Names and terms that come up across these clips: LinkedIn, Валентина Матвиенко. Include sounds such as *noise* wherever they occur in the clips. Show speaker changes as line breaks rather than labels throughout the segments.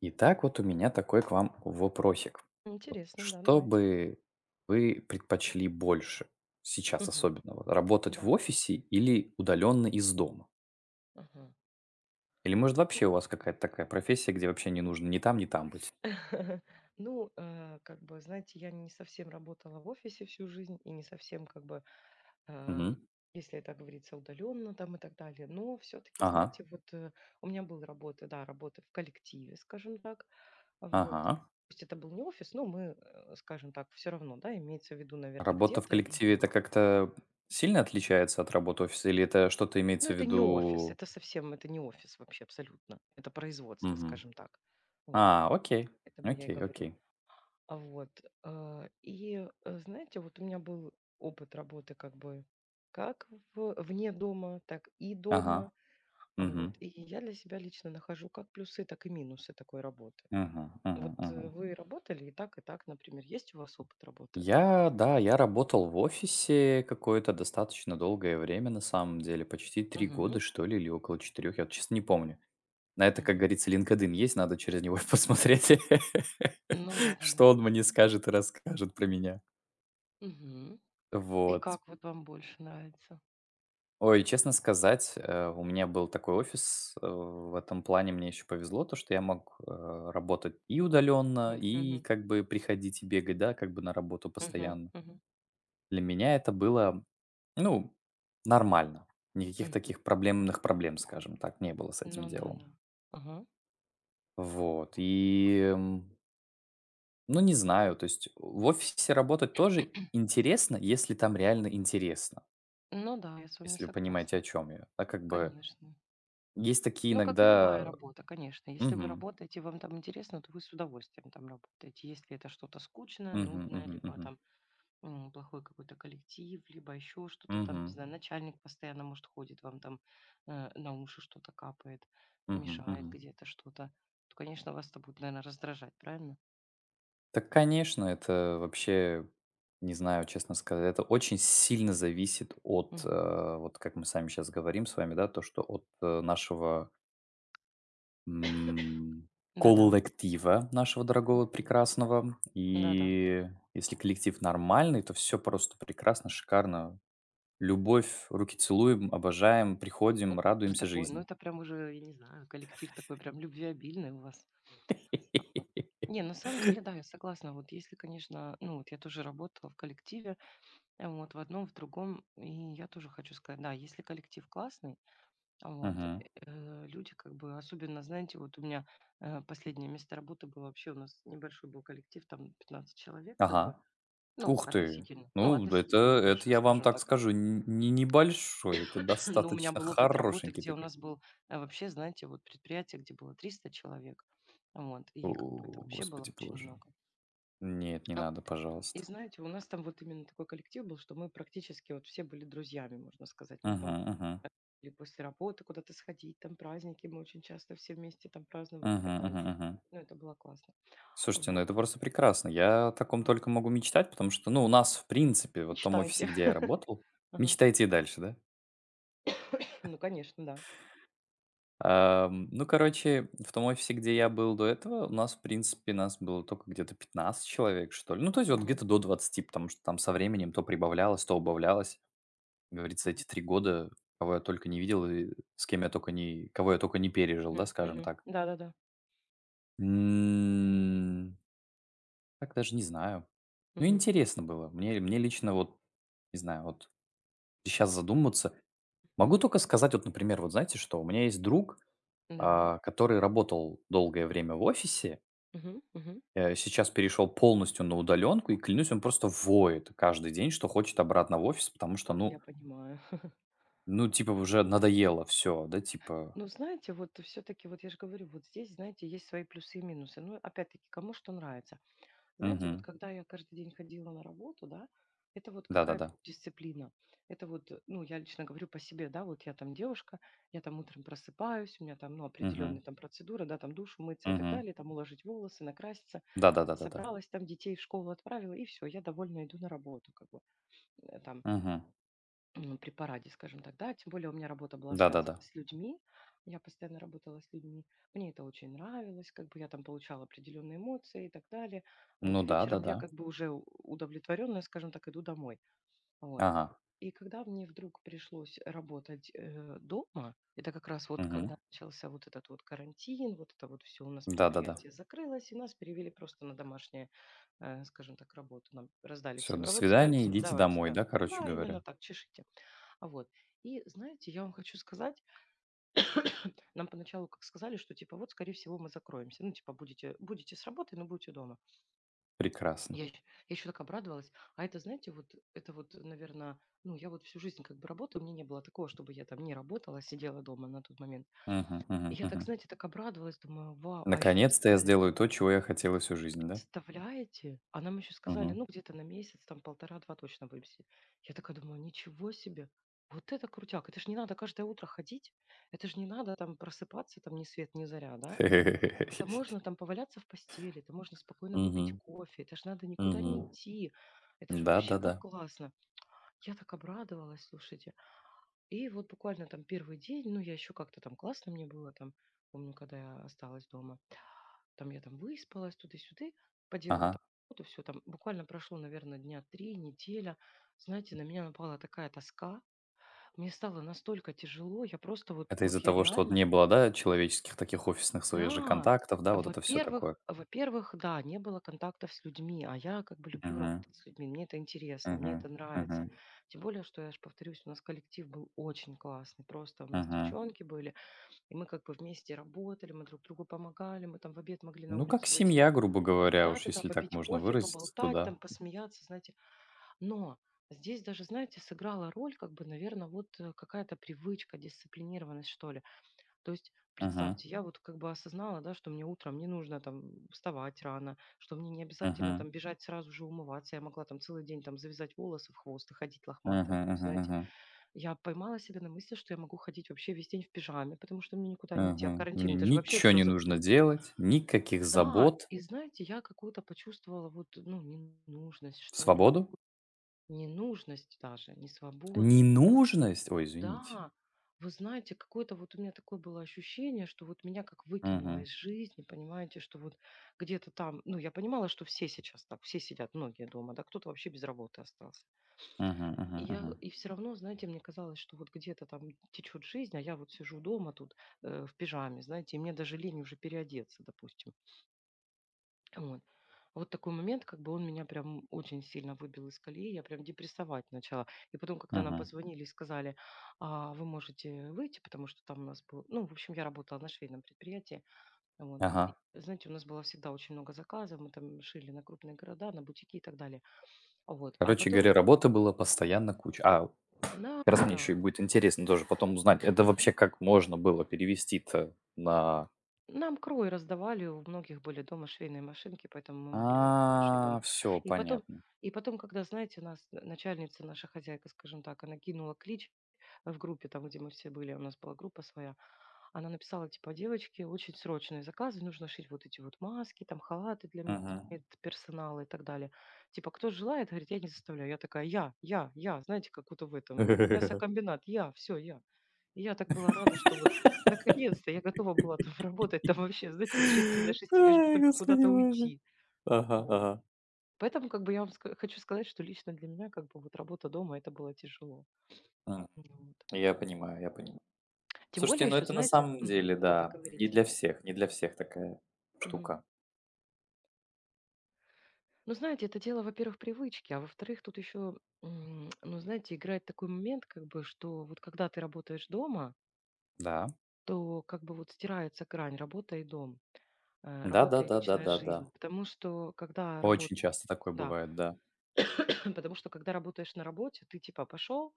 Итак, вот у меня такой к вам вопросик. Вот
Интересно, да,
что
давайте.
бы вы предпочли больше сейчас
Мгм.
особенно? Вот работать в
Да.
офисе или удаленно из дома?
Мгм.
Или может
Ну,
вообще у вас какая-то такая профессия, где вообще не нужно ни там, ни там быть?
*laughs* ну, как бы, знаете, я не совсем работала в офисе всю жизнь и не совсем, как бы, а,
Мгм.
если это говорится удаленно там и так далее. Но все-таки,
Ага,
знаете, у меня был работа, да, работа в коллективе, скажем так. Вот.
ага.
Пусть это был не офис, но мы, скажем так, все равно, да, имеется в виду, наверное,
Работа в
где-то и
коллективе- это
там.
как-то сильно отличается от работы офиса или это что-то
Ну,
имеется в
это не офис,
виду?
это совсем, это не офис вообще абсолютно. Это производство,
Мгм.
скажем так. Вот.
А, окей,
Поэтому я и
окей,
говорю.
окей.
Знаете, вот у меня был опыт работы как бы как в вне дома, так и
Ага.
дома.
Мгм.
И я для себя лично нахожу как плюсы, так и минусы такой работы.
Мгм, мгм.
Вы работали и так, например. Есть у вас опыт работы?
Я, да, я работал в офисе какое-то достаточно долгое время, на самом деле, почти 3 года,
Мгм.
что ли, или около 4, я вот честно не помню. На это, как
Мгм.
говорится, LinkedIn есть, надо через него *laughs* посмотреть, *laughs*
Ну да, да,
что
да.
он мне скажет и расскажет про меня.
Мгм. И
Вот.
как вот вам больше нравится?
Ой, честно сказать, у меня был такой офис, в этом плане мне еще повезло, то, что я мог работать и удаленно,
М,
и
мгм,
как бы приходить и бегать, да, как бы на работу
мгм,
постоянно.
мгм,
Для меня это было. Ну, нормально. Никаких
мгм.
таких проблемных проблем, скажем так, не было с этим
Ну да,
делом.
да. Ага.
Вот, и, ну, не знаю, то есть в офисе работать тоже интересно, если там реально интересно,
Ну да, я с вами
если вы понимаете, о
согласна.
чем я. А как бы
Конечно.
есть такие
Ну, как и любая
иногда...
работа, конечно. Если вы
Мгм.
работаете, вам там интересно, то вы с удовольствием там работаете. Если это что-то скучное,
Мгм.
нудное,
Мгм.
либо
Мгм.
там плохой какой-то коллектив, либо еще что-то там, не
Мгм.
знаю, начальник постоянно, может, ходит вам там на уши что-то капает,
Мгм.
мешает
Мгм.
где-то что-то, то, конечно, вас это будет, наверное, раздражать, правильно?
Так, конечно, это вообще, не знаю, честно сказать, это очень сильно зависит от,
Мгм.
вот как мы сами сейчас говорим с вами, да, то, что от нашего, м,
Да-да.
коллектива, нашего дорогого,
Мгм.
прекрасного.
Да-да.
И если коллектив нормальный, то все просто прекрасно, шикарно. Любовь, руки целуем, обожаем, приходим,
Же
радуемся
такой, ну
жизни.
это прям уже, я не знаю, коллектив такой прям любвеобильный у вас. Вот.
*laughs*
Не, на самом деле, да, я согласна. Вот если, конечно, ну вот я тоже работала в коллективе, вот в одном, в другом, и я тоже хочу сказать, да, если коллектив классный, а вот,
Мгм.
люди как бы, особенно, знаете, вот у меня последнее место работы было вообще, у нас небольшой был коллектив, там 15 человек, как
Ага.
бы,
Ух ты!
ну,
Ну, это
относительно небольшой,
я вам
скажем
так
так. *laughs*
скажу, н не небольшой, это
*clears throat* Но у меня
достаточно
был опыт работы,
хорошенький
где у
такой.
нас был вообще, знаете, вот предприятие, где было 300 человек, вот,
О,
и как бы это вообще было
господи
очень
боже.
много.
Нет, не надо,
И
пожалуйста.
знаете, у нас там вот именно такой коллектив был, что мы практически вот все были друзьями, можно сказать. Мы
Мгм,
там
мгм.
или после работы куда-то сходить, там праздники мы очень часто все вместе там праздновали и
Мгм,
так далее.
мгм, мгм.
Ну, это было классно.
Слушайте, ну
Вот.
это просто прекрасно. Я о таком
а,
только могу мечтать, потому что, ну, у нас, в принципе, вот в том офисе,
Мечтайте.
где я
*laughs*
работал.
Ага.
Мечтайте и дальше, да?
Ну, конечно, да.
Ну, короче, в том офисе, где я был до этого, у нас, в принципе, нас было только где-то 15 человек, что ли. Ну, то есть вот
Мгм.
где-то до 20, потому что там со временем то прибавлялось, то убавлялось. Как говорится,
Мгм.
эти 3 года, кого я только не видел и с кем я только не... кого я только не пережил, да,
Мгм.
скажем
Мгм.
так.
Да-да-да.
М, так даже не знаю. Ну,
Мгм.
интересно было. Мне лично вот, не знаю, вот сейчас задуматься. Могу
Мгм.
только сказать, вот, например, вот знаете что, у меня есть друг,
Да.
который работал долгое время в офисе,
Мгм. Мгм.
сейчас перешел полностью на удаленку, и клянусь, он просто воет каждый день, что хочет обратно в офис, потому что,
Как
ну,
я понимаю.
ну, типа, уже
*laughs*
надоело все, да, типа,
Ну, знаете, вот все-таки, вот я же говорю, вот здесь, знаете, есть свои плюсы и минусы. Ну, опять-таки, кому что нравится. Знаете, вот
угу,
когда я каждый день ходила на работу, да, это вот какая-то
да-да-да,
дисциплина. Это вот, ну, я лично говорю по себе, да, вот я там девушка, я там утром просыпаюсь, у меня там, ну,
угу,
определенные там процедуры, да, там душ, умыться и так
угу,
далее, там уложить волосы, накраситься,
да-да-да-да-да,
собралась, там детей в школу отправила, и все, я довольно иду на работу, как бы, э, там,
угу,
при параде, скажем так, да. Тем более у меня работа была связана
да-да-да,
с людьми, я постоянно работала с людьми. Мне это очень нравилось, как бы я там получала определенные эмоции и так далее. Вот,
ну
и вечером
да-да-да,
я как бы уже удовлетворенная, скажем так, иду домой. Вот.
ага,
И когда мне вдруг пришлось работать дома, это как раз вот
угу,
когда начался вот этот вот карантин, вот это вот все у нас
да-да-да.
предприятие закрылось, и нас перевели просто на домашнее, скажем так, работу. Нам раздали
Все,
всем
до
работу, сказали,
свидания,
все,
идите
давайте,
домой,
да.
да, короче
Да, именно
говоря.
так, чешите. А вот. И знаете, я вам хочу сказать, нам поначалу как сказали, что типа вот, скорее всего, мы закроемся. Ну, типа, будете с работы, но будете дома.
Прекрасно.
Я, ещё- я еще так обрадовалась. А это, знаете, вот это вот, наверное, ну, я вот всю жизнь как бы работаю, мне не было такого, чтобы я там не работала, а сидела дома на тот момент.
Мгм, мгм,
И я так,
мгм.
знаете, так обрадовалась, думаю, вау, а еще
Наконец-то я сделаю то, чего я хотела всю жизнь, да?
представляете? А нам еще сказали,
Мгм.
ну, где-то на месяц, там полтора-два точно вывезти. Я такая думаю, ничего себе! Вот это крутяк! Это ж не надо каждое утро ходить, это ж не надо там просыпаться, там ни свет, ни заря, да? Это
*laughs*
можно там поваляться в постели, это можно спокойно выпить
Мгм,
кофе, это ж надо никуда не
мгм.
идти. Это же вообще как
Да-да-да.
классно. Я так обрадовалась, слушайте. И вот буквально там первый день, ну, я еще как-то там классно мне было там, помню, когда я осталась дома. Там я там выспалась туда-сюды, поделала
Ага.
там работу, все, там. Буквально прошло, наверное, дня 3 неделя. Знаете, на меня напала такая тоска. Мне стало настолько тяжело, я просто вот
Это
вот
из-за
я
того, что вот
реально.
не было, да, человеческих таких офисных своих же
Да,
контактов, да, вот это все
во-первых
такое.
во-первых, да, не было контактов с людьми, а я как бы люблю
Мгм.
работать с людьми, мне это интересно, мне это
Мгм.
нравится.
Мгм.
Тем более, что я ж повторюсь, у нас коллектив был очень классный, просто у нас
Мгм.
девчонки были, и мы как бы вместе работали, мы друг другу помогали, мы там в обед могли на
Ну, как
улицу выйти,
семья,
там,
грубо говоря, уж
да-да-да,
если так
попить
можно
кофе,
выразиться, то
поболтать, там,
да.
посмеяться, знаете. Но здесь даже, знаете, сыграла роль, как бы, наверное, какая-то привычка, дисциплинированность, что ли. То есть,
Мгм.
представьте, я вот как бы осознала, да, что мне утром не нужно там вставать рано, что мне не обязательно
Мгм.
там бежать сразу же умываться. Я могла там целый день там завязать волосы в хвост и ходить лохматая.
Мгм.
То есть,
Мгм.
знаете,
Мгм.
я поймала себя на мысли, что я могу ходить вообще весь день в пижаме, потому что мне никуда не идти. А
Мгм. Мне
карантин, это же вообще
ничего
все
не нужно
закрыто.
делать, никаких
Да,
забот,
и знаете, я какую-то почувствовала вот, ну, ненужность, что ли,
свободу,
ненужность даже, не свободу.
ненужность. Ой, извините.
Да, вы знаете, какое-то вот у меня такое было ощущение, что вот меня как выкинуло
Мгм.
из жизни, понимаете, что вот где-то там, ну, я понимала, что все сейчас так, все сидят, многие дома, да, кто-то вообще без работы остался.
Мгм. Мгм.
И я,
Мгм.
и все равно, знаете, мне казалось, что вот где-то там течет жизнь, а я вот сижу дома тут, в пижаме, знаете, и мне даже лень уже переодеться, допустим. Вот. Вот такой момент, как бы он меня прям очень сильно выбил из колеи, я прям депрессовать начала. И потом, когда нам
Мгм.
позвонили и сказали, вы можете выйти, потому что там у нас был, ну, в общем, я работала на швейном предприятии, вот. И,
Ага.
знаете, у нас было всегда очень много заказов, мы там шили на крупные города, на бутики и так далее, вот. А
Короче
потом,
говоря, работы было постоянно куча. А,
да,
как раз мне еще
да,
и будет интересно тоже потом узнать, это вообще как можно было перевести-то на.
нам крой раздавали, у многих были дома швейные машинки, поэтому мы могли как бы шить
А,
дома.
все,
И потом,
понятно.
и потом, когда, знаете, у нас начальница, наша хозяйка, скажем так, она кинула клич в группе, там, где мы все были, у нас была группа своя, она написала, типа, девочки, очень срочные заказы, нужно шить вот эти вот маски, там, халаты для
Мгм.
медперсонала и так далее. Типа, кто желает, говорит, я не заставляю. Я такая, я, знаете, как будто в этом,
*laughs*
мясокомбинат, я, все, я. И я так была рада, что вот наконец-то я готова была там *laughs* работать, там вообще, знаете, с 6 до 6 лишь бы
Ай,
только
господи
куда-то
боже.
уйти.
Ага,
Вот.
ага.
Поэтому как бы я вам хочу сказать, что лично для меня как бы вот работа дома это было тяжело.
М,
Вот.
я понимаю, я понимаю.
Тем
Слушайте,
более
ну
еще,
это на
знаете,
самом
мгм,
деле,
да-да,
да, не
говорите.
для всех, не для всех такая
Мгм.
штука.
Ну, знаете, это дело, во-первых, привычки, а во-вторых, тут еще, ну, знаете, играет такой момент, как бы, что вот когда ты работаешь дома,
Да.
то как бы вот стирается грань работа и дом, работа и личная
Да-да-да-да-да-да.
жизнь. Потому что когда
Очень
работа,
часто такое
да,
бывает, да.
*clears throat* потому что когда работаешь на работе, ты типа пошел,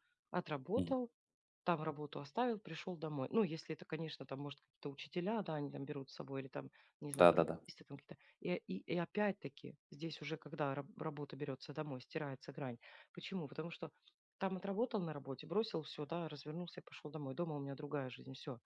Мгм.
отработал, там работу оставил, пришел домой. Ну, если это, конечно, там, может, какие-то учителя, да, они там берут с собой, или там, не знаю,
Да-да-да.
программисты там какие-то. И опять-таки здесь уже, когда работа берется домой, стирается грань. Почему? Потому что там отработал на работе, бросил все, да, развернулся и пошел домой. Дома у меня другая жизнь, все.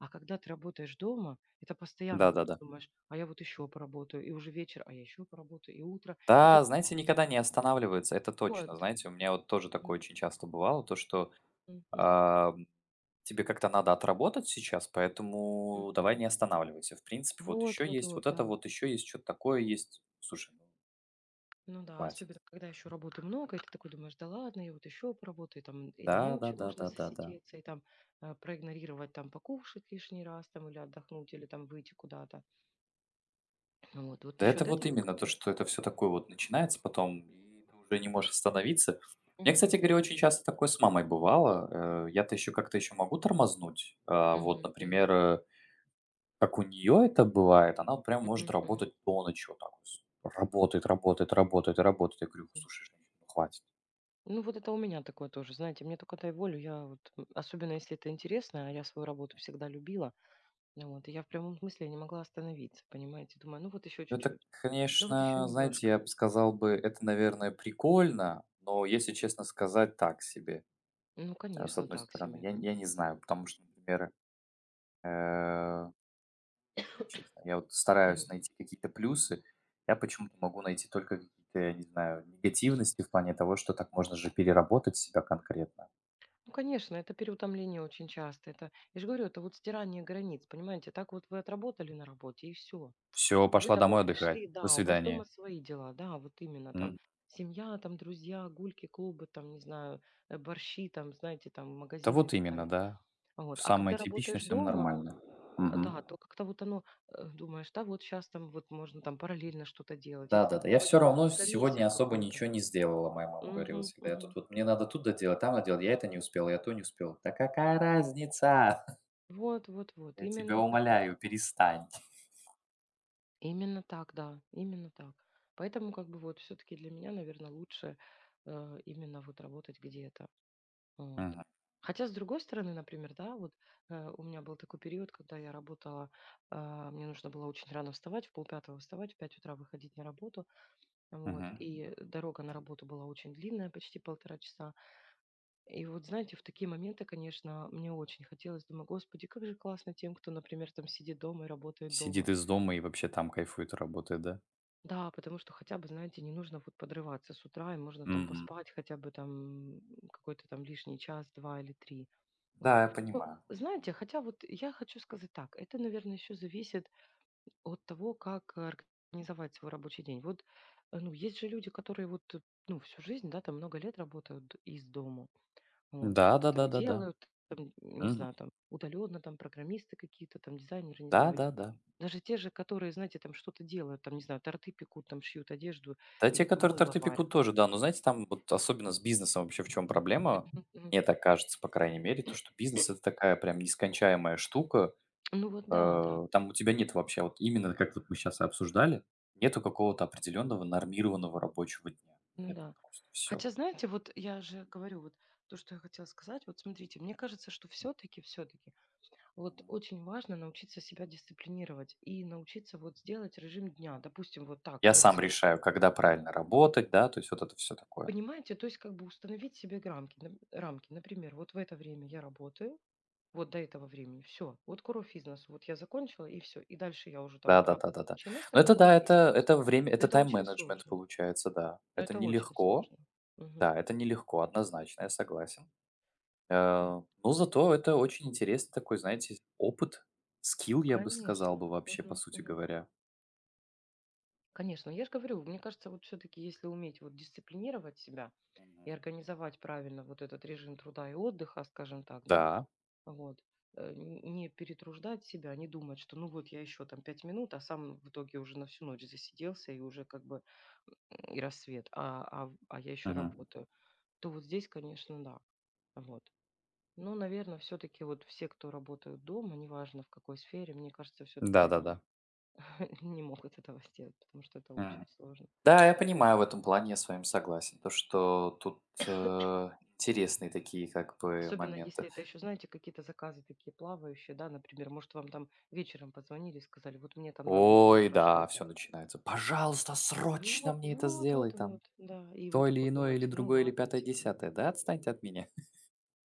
А когда ты работаешь дома, это постоянно вот
Да-да-да.
думаешь, а я вот еще поработаю, и уже вечер, а я еще поработаю, и утро, и ты
Да, знаете, никогда не останавливается, это
вот.
точно. Знаете, у меня вот тоже
М,
такое очень часто бывало, то что,
м, мгм,
ам, тебе как-то надо отработать сейчас,
м,
поэтому давай
мгм.
не останавливайся. В принципе, вот
Вот,
еще
вот,
есть,
вот,
вот это
да.
вот еще есть, что то такое есть. Слушай, ну
Ну да,
хватит.
особенно когда еще работы много, и ты такой думаешь, да ладно, я вот еще поработаю, там и до ночи
Да-да-да-да-да-да.
можно
Да да, да, да, да.
засидеться, и там проигнорировать, там покушать лишний раз, там или отдохнуть, или там выйти куда-то. Вот, вот
Да это
насчет
вот
этого как
именно то,
бы.
что это все такое вот начинается потом, и ты уже не можешь остановиться. Мне, кстати
Мгм.
говоря, очень часто такое с мамой бывало. Я-то еще как-то еще могу тормознуть. А вот,
Мгм. Мгм.
например, как у нее это бывает, она прям может
Мгм. Мгм.
работать до ночи вот так вот с. Работает, работает, работает и работает. Я говорю: «Ну,
Мгм.
"Слушай, женщина, ну хватит".
Ну вот это у меня такое тоже, знаете, мне только дай волю, я вот, особенно если это интересно, а я свою работу всегда любила, ну вот, и я в прямом смысле не могла остановиться, понимаете, думаю, ну вот еще
Это,
чуть-чуть, ну вот еще
конечно, знаете, я
немножко,
бы сказал бы, это, наверное, прикольно, но, если честно сказать, так себе,
ну
с
конечно
одной
так
стороны.
себе.
Я не знаю, потому что, например, э, честно, я вот стараюсь найти какие-то плюсы. Я почему-то могу найти только какие-то, я не знаю, негативности в плане того, что так можно же переработать себя конкретно.
Ну, конечно, это переутомление очень часто. Это, я же говорю, это вот стирание границ, понимаете? Так вот вы отработали на работе, и все.
Все,
И вы
пошла
домой
домой отдыхать.
пришли,
До
да, у вас дома
свидания.
свои дела, да, вот именно там
М.
семья, там друзья, гульки, клубы, там, не знаю, борщи, там, знаете, там,
Да
магазины и
вот
так
именно,
далее.
да.
Вот. А
Самое
когда
типичное,
работаешь
самое
дома,
нормальное. Мгм.
да, то как-то вот оно, думаешь, да, вот сейчас там вот можно там параллельно что-то делать. И ты
Да-да-да.
такой
Я
вроде
все
бы в
равно
замесе
сегодня
в
особо
каком-то.
ничего не сделала, моя мама говорила
Мгм,
всегда. Я тут
мгм.
вот мне надо тут доделать, там доделать, я это не успела, я то не успела. Да какая разница? *laughs*
Вот, вот, вот,
Я тебя
именно так.
умоляю, перестань.
Именно так, да, именно так. Поэтому как бы вот все таки для меня, наверное, лучше, именно вот работать где-то. Вот.
Мгм,
Хотя, с другой стороны, например, да, вот, у меня был такой период, когда я работала, мне нужно было очень рано вставать, в полпятого вставать, в 5 утра выходить на работу. Вот.
мгм.
И дорога на работу была очень длинная, почти полтора часа. И вот, знаете, в такие моменты, конечно, мне очень хотелось, думаю: "Господи, как же классно тем, кто, например, там сидит дома и работает дома".
Сидит из дома и вообще там кайфует, работает, да?
Да, потому что хотя бы, знаете, не нужно вот подрываться с утра, и можно там
Мгм.
поспать хотя бы там какой-то там лишний час, два или три.
Да,
Вот.
я
Ну,
понимаю.
знаете, хотя вот я хочу сказать так, это, наверное, еще зависит от того, как организовать свой рабочий день. Вот, ну, есть же люди, которые вот, ну, всю жизнь, да, там много лет работают из дома. Вот, что-то там
Да-да-да-да-да.
делают, там, не
Мгм.
знаю, там удаленно, там программисты какие-то, там дизайнеры, не знаю, или
Да-да-да.
даже те же, которые, знаете, там что-то делают, там, не знаю, торты пекут, там шьют одежду
Да, те,
или там
которые
мыло
торты
варят.
пекут, тоже, да. Но знаете, там вот особенно с бизнесом вообще в чем проблема,
Мгм, мгм.
мне так кажется, по крайней мере, то, что бизнес- это такая прям нескончаемая штука.
Ну вот да, да,
Там у тебя нет вообще, вот именно как вот мы сейчас и обсуждали, нету какого-то определенного нормированного рабочего дня.
ну
Нет,
да.
просто, все.
Хотя, знаете, вот я же говорю, вот то, что я хотела сказать, вот смотрите, мне кажется, что все-таки, все-таки, вот очень важно научиться себя дисциплинировать и научиться вот сделать режим дня, допустим, вот так,
Я
вот
сам
с.
решаю, когда правильно работать, да, то есть вот это все такое.
Понимаете, то есть как бы установить себе грамки нап рамки. Например, вот в это время я работаю, вот до этого времени все, вот куров из носу, вот я закончила и все. И дальше я уже там убрала
Да-да-да-да-да.
рабочее место,
Но это
грубо
да,
говоря, и
это
занимаюсь.
это время,
Но
это
это очень
тайм-менеджмент
сложно,
получается, да.
но
Это
это очень
нелегко.
сложно. Мгм.
Да, это нелегко, однозначно, я согласен.
М.
Но зато это очень интересный такой, знаете, опыт, скилл, я бы сказал
Конечно.
бы вообще, по
Мгм,
сути
мгм.
говоря.
Конечно, я же говорю, мне кажется, вот все таки если уметь вот дисциплинировать себя
Мгм.
и организовать правильно вот этот режим труда и отдыха, скажем так, да.
Да.
Вот. Н не перетруждать себя, а не думать, что ну вот я еще там 5 минут, а сам в итоге уже на всю ночь засиделся и уже как бы, и рассвет, а в а я еще
Мгм.
работаю. То вот здесь, конечно, да. Вот. Но, наверное, все-таки вот все, кто работают дома, неважно в какой сфере, мне кажется, все-таки они
Да-да-да.
*laughs* не могут этого сделать, потому что это очень
Мгм.
сложно.
Да, я понимаю, в этом плане я с вами согласен. То, что тут, э, интересные такие как бы
Особенно если
моменты.
это еще, знаете, какие-то заказы такие плавающие, да, например, может, вам там вечером позвонили и сказали: "Вот мне там надо на
Ой,
утро
да,
что-то".
все начинается. "Пожалуйста, срочно
Вот,
мне это
вот,
сделай
вот,
там.
вот, да. И вы
То или
такой
иное, или
думаете: "Ну
другое, или
ладно",
пятое,
типа.
десятое. Да отстаньте от меня".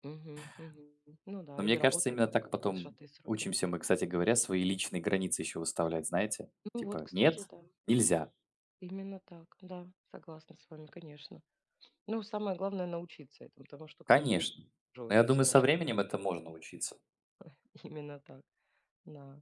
Мгм, мгм. Ну
Но
да, или
мне кажется,
работаем
именно
там в
так
какие-то
потом
сжатые сроки.
учимся мы, кстати говоря, свои личные границы еще выставлять, знаете?
Ну вот,
Типа:
кстати,
"Нет,
да,
нельзя".
именно так. Да, согласна с вами, конечно. Ну, самое главное научиться этому, потому что, к сожалению,
Конечно.
уже
Но я
очень
думаю, со
сложно.
временем это можно учиться.
*laughs* Именно так, да.